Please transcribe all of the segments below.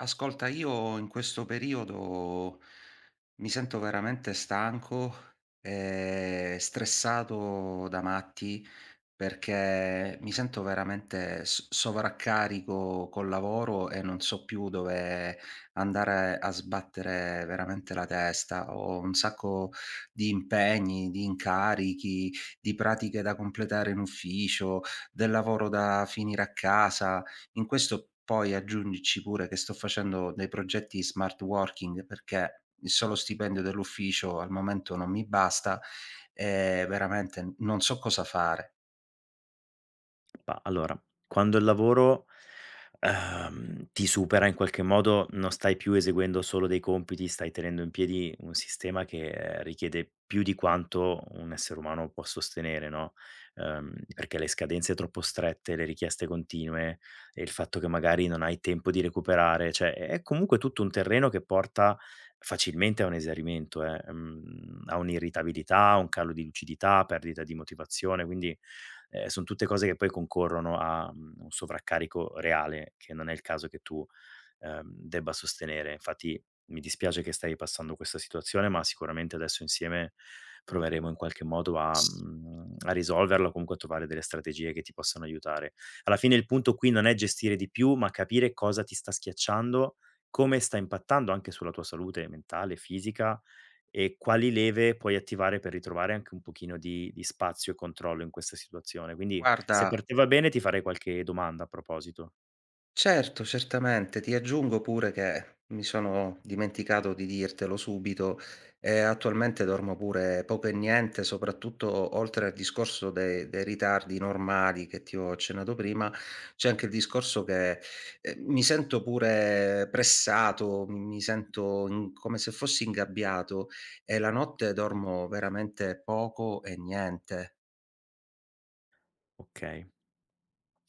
Ascolta, io in questo periodo mi sento veramente stanco e stressato da matti perché mi sento veramente s sovraccarico col lavoro e non so più dove andare a sbattere veramente la testa. Ho un sacco di impegni, di incarichi, di pratiche da completare in ufficio, del lavoro da finire a casa. In questo poi aggiungici pure che sto facendo dei progetti smart working, perché il solo stipendio dell'ufficio al momento non mi basta e veramente non so cosa fare. Ma allora, quando il lavoro, ti supera in qualche modo, non stai più eseguendo solo dei compiti, stai tenendo in piedi un sistema che, richiede più di quanto un essere umano può sostenere, no, perché le scadenze troppo strette, le richieste continue e il fatto che magari non hai tempo di recuperare, cioè è comunque tutto un terreno che porta facilmente a un esaurimento, a un'irritabilità, a un calo di lucidità, perdita di motivazione, quindi son tutte cose che poi concorrono a, un sovraccarico reale, che non è il caso che tu, debba sostenere. Infatti mi dispiace che stai passando questa situazione, ma sicuramente adesso insieme proveremo in qualche modo a S a risolverla o comunque a trovare delle strategie che ti possano aiutare. Alla fine il punto qui non è gestire di più, ma capire cosa ti sta schiacciando, come sta impattando anche sulla tua salute mentale, fisica e quali leve puoi attivare per ritrovare anche un pochino di spazio e controllo in questa situazione. Quindi se guarda, per te va bene ti farei qualche domanda a proposito. certo, certamente. Ti aggiungo pure che mi sono dimenticato di dirtelo subito, attualmente dormo pure poco e niente, soprattutto oltre al discorso de dei ritardi normali che ti ho accennato prima, c'è anche il discorso che, mi sento pure pressato, mi sento in come se fossi ingabbiato e la notte dormo veramente poco e niente. Okay.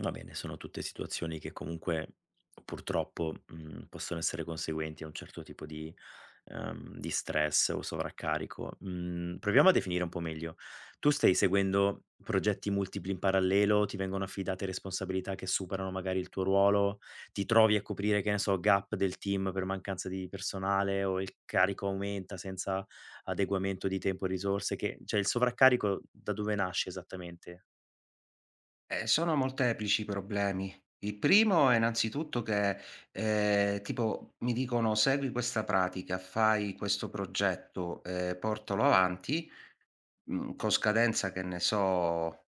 Va bene, sono tutte situazioni che comunque purtroppo, possono essere conseguenti a un certo tipo di stress o sovraccarico. Mhmm, Proviamo a definire un po' meglio. Tu stai seguendo progetti multipli in parallelo? Ti vengono affidate responsabilità che superano magari il tuo ruolo? Ti trovi a coprire, che ne so, gap del team per mancanza di personale o il carico aumenta senza adeguamento di tempo e risorse? Che cioè il sovraccarico da dove nasce esattamente? Sono molteplici i problemi. Il primo è innanzitutto che, tipo mi dicono: "Segui questa pratica, fai questo progetto, portalo avanti", con scadenza che ne so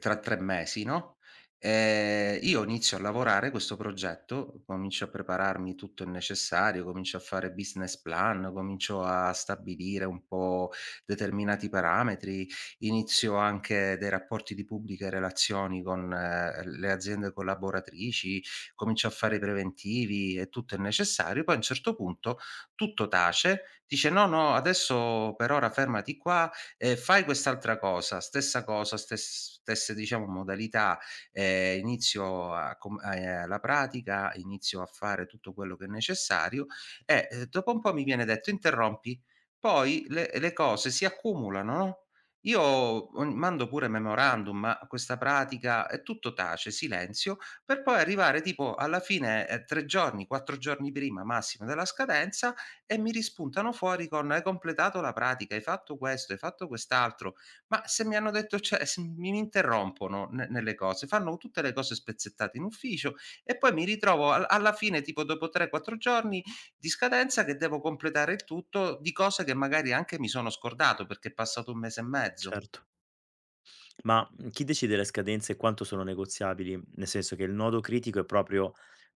tra 3 mesi, no, io inizio a lavorare questo progetto, comincio a prepararmi tutto il necessario, comincio a fare business plan, comincio a stabilire un po' determinati parametri, inizio anche dei rapporti di pubbliche relazioni con le aziende collaboratrici, comincio a fare i preventivi e tutto il necessario, poi a un certo punto tutto tace, dice: "No, no, adesso per ora fermati qua, fai quest'altra cosa, stessa cosa, stesse diciamo modalità, inizio a com la pratica, inizio a fare tutto quello che è necessario e, dopo un po' mi viene detto: "Interrompi". Poi le cose si accumulano, no, io on mando pure memorandum a questa pratica e tutto tace, silenzio, per poi arrivare tipo alla fine, 3 giorni, 4 giorni prima massimo della scadenza e mi rispuntano fuori con: "Hai completato la pratica, hai fatto questo, hai fatto quest'altro". Ma se mi hanno detto cioè s mi mi interrompono ne nelle cose, fanno tutte le cose spezzettate in ufficio e poi mi ritrovo al alla fine, tipo dopo 3, 4 giorni di scadenza, che devo completare il tutto di cose che magari anche mi sono scordato perché è passato un mese e mezzo. Certo. Ma, chi decide le scadenze e quanto sono negoziabili? Nel senso che il nodo critico è proprio,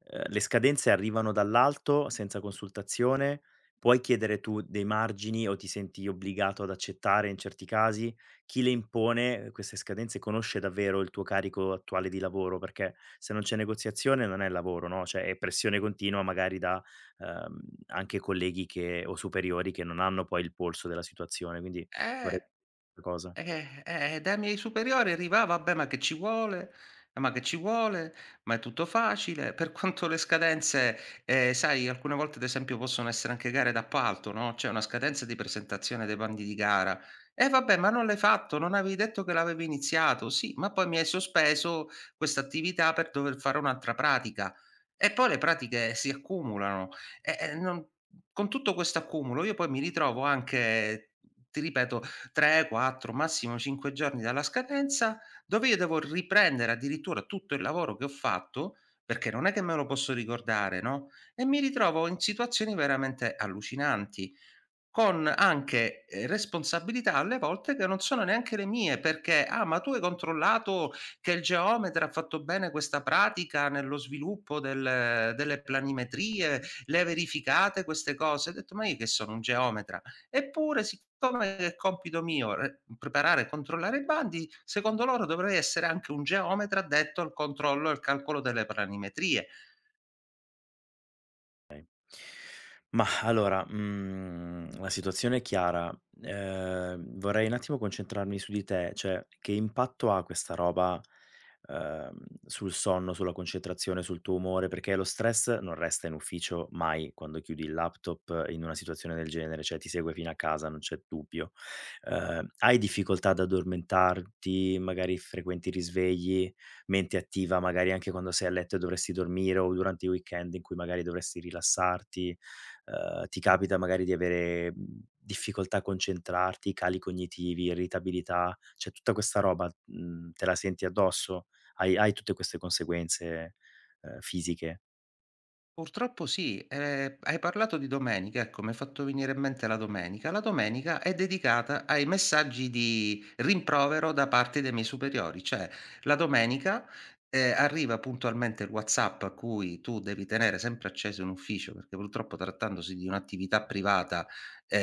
le scadenze arrivano dall'alto senza consultazione, puoi chiedere tu dei margini o ti senti obbligato ad accettare in certi casi? Chi le impone queste scadenze conosce davvero il tuo carico attuale di lavoro? Perché se non c'è negoziazione non è lavoro, no, cioè è pressione continua magari da, ehm, anche colleghi che o superiori che non hanno poi il polso della situazione, quindi vorrei Eh cosa. eh, dai miei superiori arriva: "Ah, "Vabbè, ma che ci vuole, ma che ci vuole, ma è tutto facile". Per quanto le scadenze, sai alcune volte ad esempio possono essere anche gare d'appalto, no, c'è una scadenza di presentazione dei bandi di gara: vabbè, ma non l'hai fatto, non avevi detto che l'avevi iniziato". "Sì, ma poi mi hai sospeso questa attività per dover fare un'altra pratica". E poi le pratiche si accumulano. E non con tutto questo accumulo io poi mi ritrovo anche, ti ripeto, 3, 4, massimo 5 giorni dalla scadenza, dove io devo riprendere addirittura tutto il lavoro che ho fatto, perché non è che me lo posso ricordare, no, e mi ritrovo in situazioni veramente allucinanti. Con anche, responsabilità alle volte che non sono neanche le mie perché: "Ah, ma tu hai controllato che il geometra ha fatto bene questa pratica nello sviluppo delle planimetrie? Le hai verificate queste cose?" Ho detto: "Ma io che sono un geometra?" Eppure siccome è compito mio re preparare e controllare i bandi, secondo loro dovrei essere anche un geometra addetto al controllo e al calcolo delle planimetrie. Mah, allora, la situazione è chiara. Vorrei un attimo concentrarmi su di te, cioè che impatto ha questa roba, ehm, sul sonno, sulla concentrazione, sul tuo umore? Perché lo stress non resta in ufficio mai quando chiudi il laptop in una situazione del genere, cioè ti segue fino a casa, non c'è dubbio. Hai difficoltà ad addormentarti, magari frequenti risvegli? Mente attiva, magari anche quando sei a letto e dovresti dormire o durante i weekend in cui magari dovresti rilassarti, ti capita magari di avere, difficoltà a concentrarti, cali cognitivi, irritabilità, cioè tutta questa roba, te la senti addosso? Hai tutte queste conseguenze, fisiche? Purtroppo sì, hai parlato di domenica, ecco, mi hai fatto venire in mente la domenica. La domenica è dedicata ai messaggi di rimprovero da parte dei miei superiori, cioè la domenica, arriva puntualmente il WhatsApp a cui tu devi tenere sempre acceso in ufficio, perché purtroppo trattandosi di un'attività privata,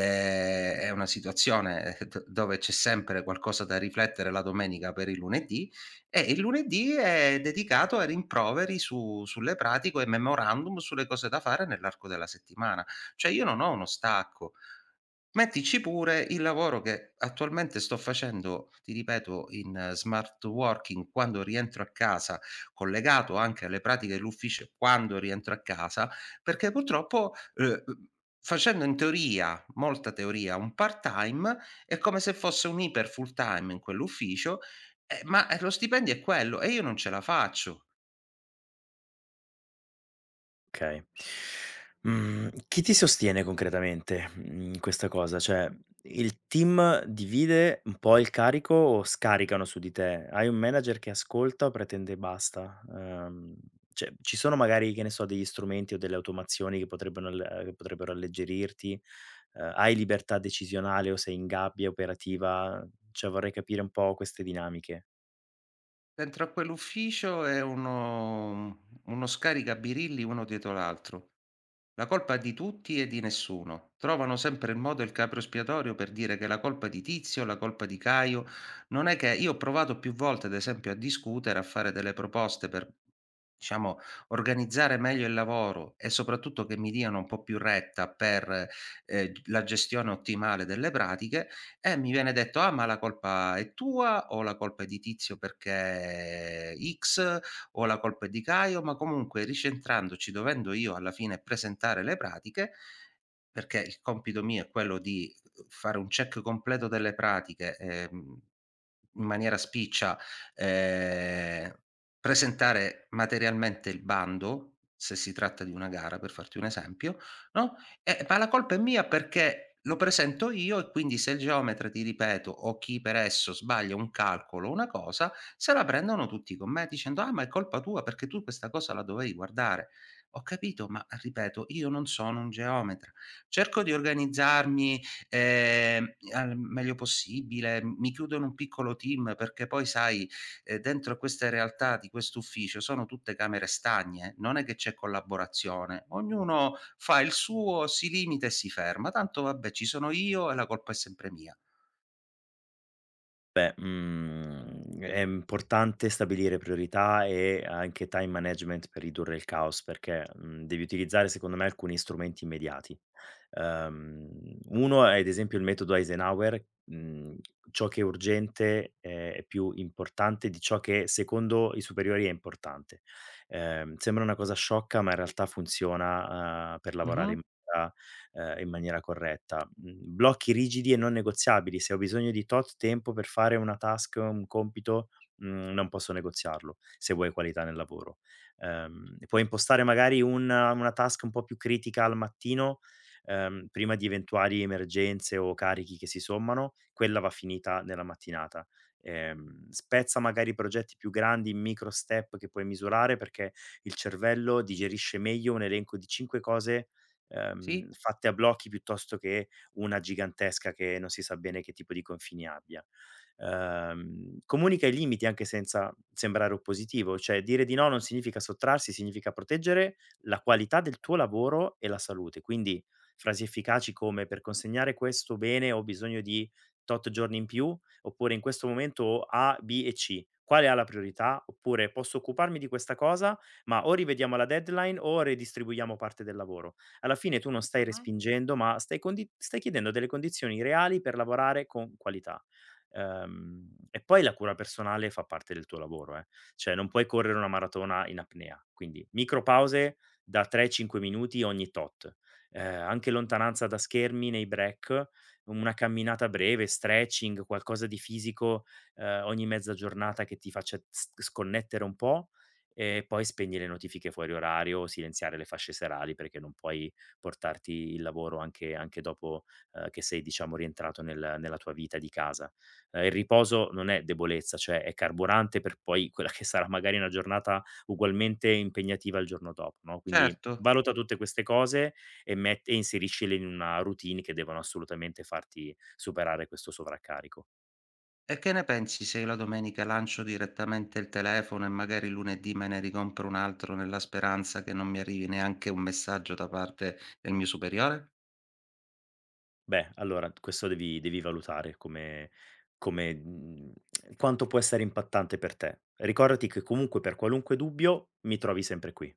è una situazione, d dove c'è sempre qualcosa da riflettere la domenica per il lunedì e il lunedì è dedicato ai rimproveri su sulle pratiche e memorandum sulle cose da fare nell'arco della settimana. Cioè io non ho uno stacco. Mettici pure il lavoro che attualmente sto facendo, ti ripeto, in smart working quando rientro a casa, collegato anche alle pratiche dell'ufficio quando rientro a casa, perché purtroppo, facendo in teoria, molta teoria, un part-time, è come se fosse un iper full-time in quell'ufficio ma, lo stipendio è quello e io non ce la faccio. Okay. Mhmm, Chi ti sostiene concretamente, in questa cosa? Cioè, il team divide un po' il carico o scaricano su di te? Hai un manager che ascolta o pretende e basta? Cioè, ci sono magari, che ne so, degli strumenti o delle automazioni che potrebbero alleggerirti? Hai libertà decisionale o sei in gabbia operativa? Cioè, vorrei capire un po' queste dinamiche. Dentro a quell'ufficio è uno scaricabirilli uno dietro l'altro. La colpa è di tutti e di nessuno. Trovano sempre il modo e il capro espiatorio per dire che la colpa è di Tizio, la colpa è di Caio. Non è che io ho provato più volte, ad esempio, a discutere, a fare delle proposte per, diciamo, organizzare meglio il lavoro e soprattutto che mi diano un po' più retta per, g la gestione ottimale delle pratiche. Mi viene detto: "Ah, ma la colpa è tua o la colpa è di Tizio perché X, o la colpa è di Caio", ma comunque ricentrandoci, dovendo io alla fine presentare le pratiche, perché il compito mio è quello di, fare un check completo delle pratiche, in maniera spiccia, ehm, presentare materialmente il bando, se si tratta di una gara, per farti un esempio, no, ma la colpa è mia perché lo presento io e quindi se il geometra, ti ripeto, o chi per esso sbaglia un calcolo o una cosa, se la prendono tutti con me dicendo: "Ah, ma è colpa tua perché tu questa cosa la dovevi guardare". Ho capito, ma ripeto, io non sono un geometra. Cerco di organizzarmi, al meglio possibile, mi chiudo in un piccolo team perché poi sai, dentro queste realtà di quest'ufficio sono tutte camere stagne, non è che c'è collaborazione. Ognuno fa il suo, si limita e si ferma. Tanto vabbè ci sono io e la colpa è sempre mia. Beh, è importante stabilire priorità e anche time management per ridurre il caos, perché, devi utilizzare secondo me alcuni strumenti immediati. Uno è ad esempio il metodo Eisenhower, ciò che è urgente è più importante di ciò che secondo i superiori è importante. Sembra una cosa sciocca, ma in realtà funziona, per lavorare Mh-mh, maniera in maniera corretta. Mhmm, Blocchi rigidi e non negoziabili, se ho bisogno di tot tempo per fare una task, un compito, non posso negoziarlo, se vuoi qualità nel lavoro. Puoi impostare magari un una task un po' più critica al mattino, prima di eventuali emergenze o carichi che si sommano, quella va finita nella mattinata. Spezza magari progetti più grandi in micro step che puoi misurare, perché il cervello digerisce meglio un elenco di 5 cose sì, fatte a blocchi piuttosto che una gigantesca che non si sa bene che tipo di confini abbia. Comunica i limiti anche senza sembrare oppositivo, cioè dire di no non significa sottrarsi, significa proteggere la qualità del tuo lavoro e la salute. Quindi frasi efficaci come: "Per consegnare questo bene ho bisogno di tot giorni in più", oppure: "In questo momento ho A, B e C. Quale ha la priorità?" Oppure: "Posso occuparmi di questa cosa, ma o rivediamo la deadline o redistribuiamo parte del lavoro". Alla fine tu non stai mh-mh, respingendo, ma stai chiedendo delle condizioni reali per lavorare con qualità. E poi la cura personale fa parte del tuo lavoro, eh. Cioè non puoi correre una maratona in apnea, quindi micro pause da 3, 5 minuti ogni tot. Anche lontananza da schermi nei break, una camminata breve, stretching, qualcosa di fisico, ogni mezza giornata che ti faccia s sconnettere un po' e poi spegni le notifiche fuori orario, silenziare le fasce serali perché non puoi portarti il lavoro anche, anche dopo che sei, diciamo, rientrato nella tua vita di casa. Il riposo non è debolezza, cioè è carburante per poi quella che sarà magari una giornata ugualmente impegnativa il giorno dopo, no? Quindi certo. valuta tutte queste cose e, e inseriscile in una routine che devono assolutamente farti superare questo sovraccarico. E che ne pensi se io la domenica lancio direttamente il telefono e magari lunedì me ne ricompro un altro nella speranza che non mi arrivi neanche un messaggio da parte del mio superiore? Beh, allora questo devi valutare come come, quanto può essere impattante per te. Ricordati che comunque per qualunque dubbio mi trovi sempre qui.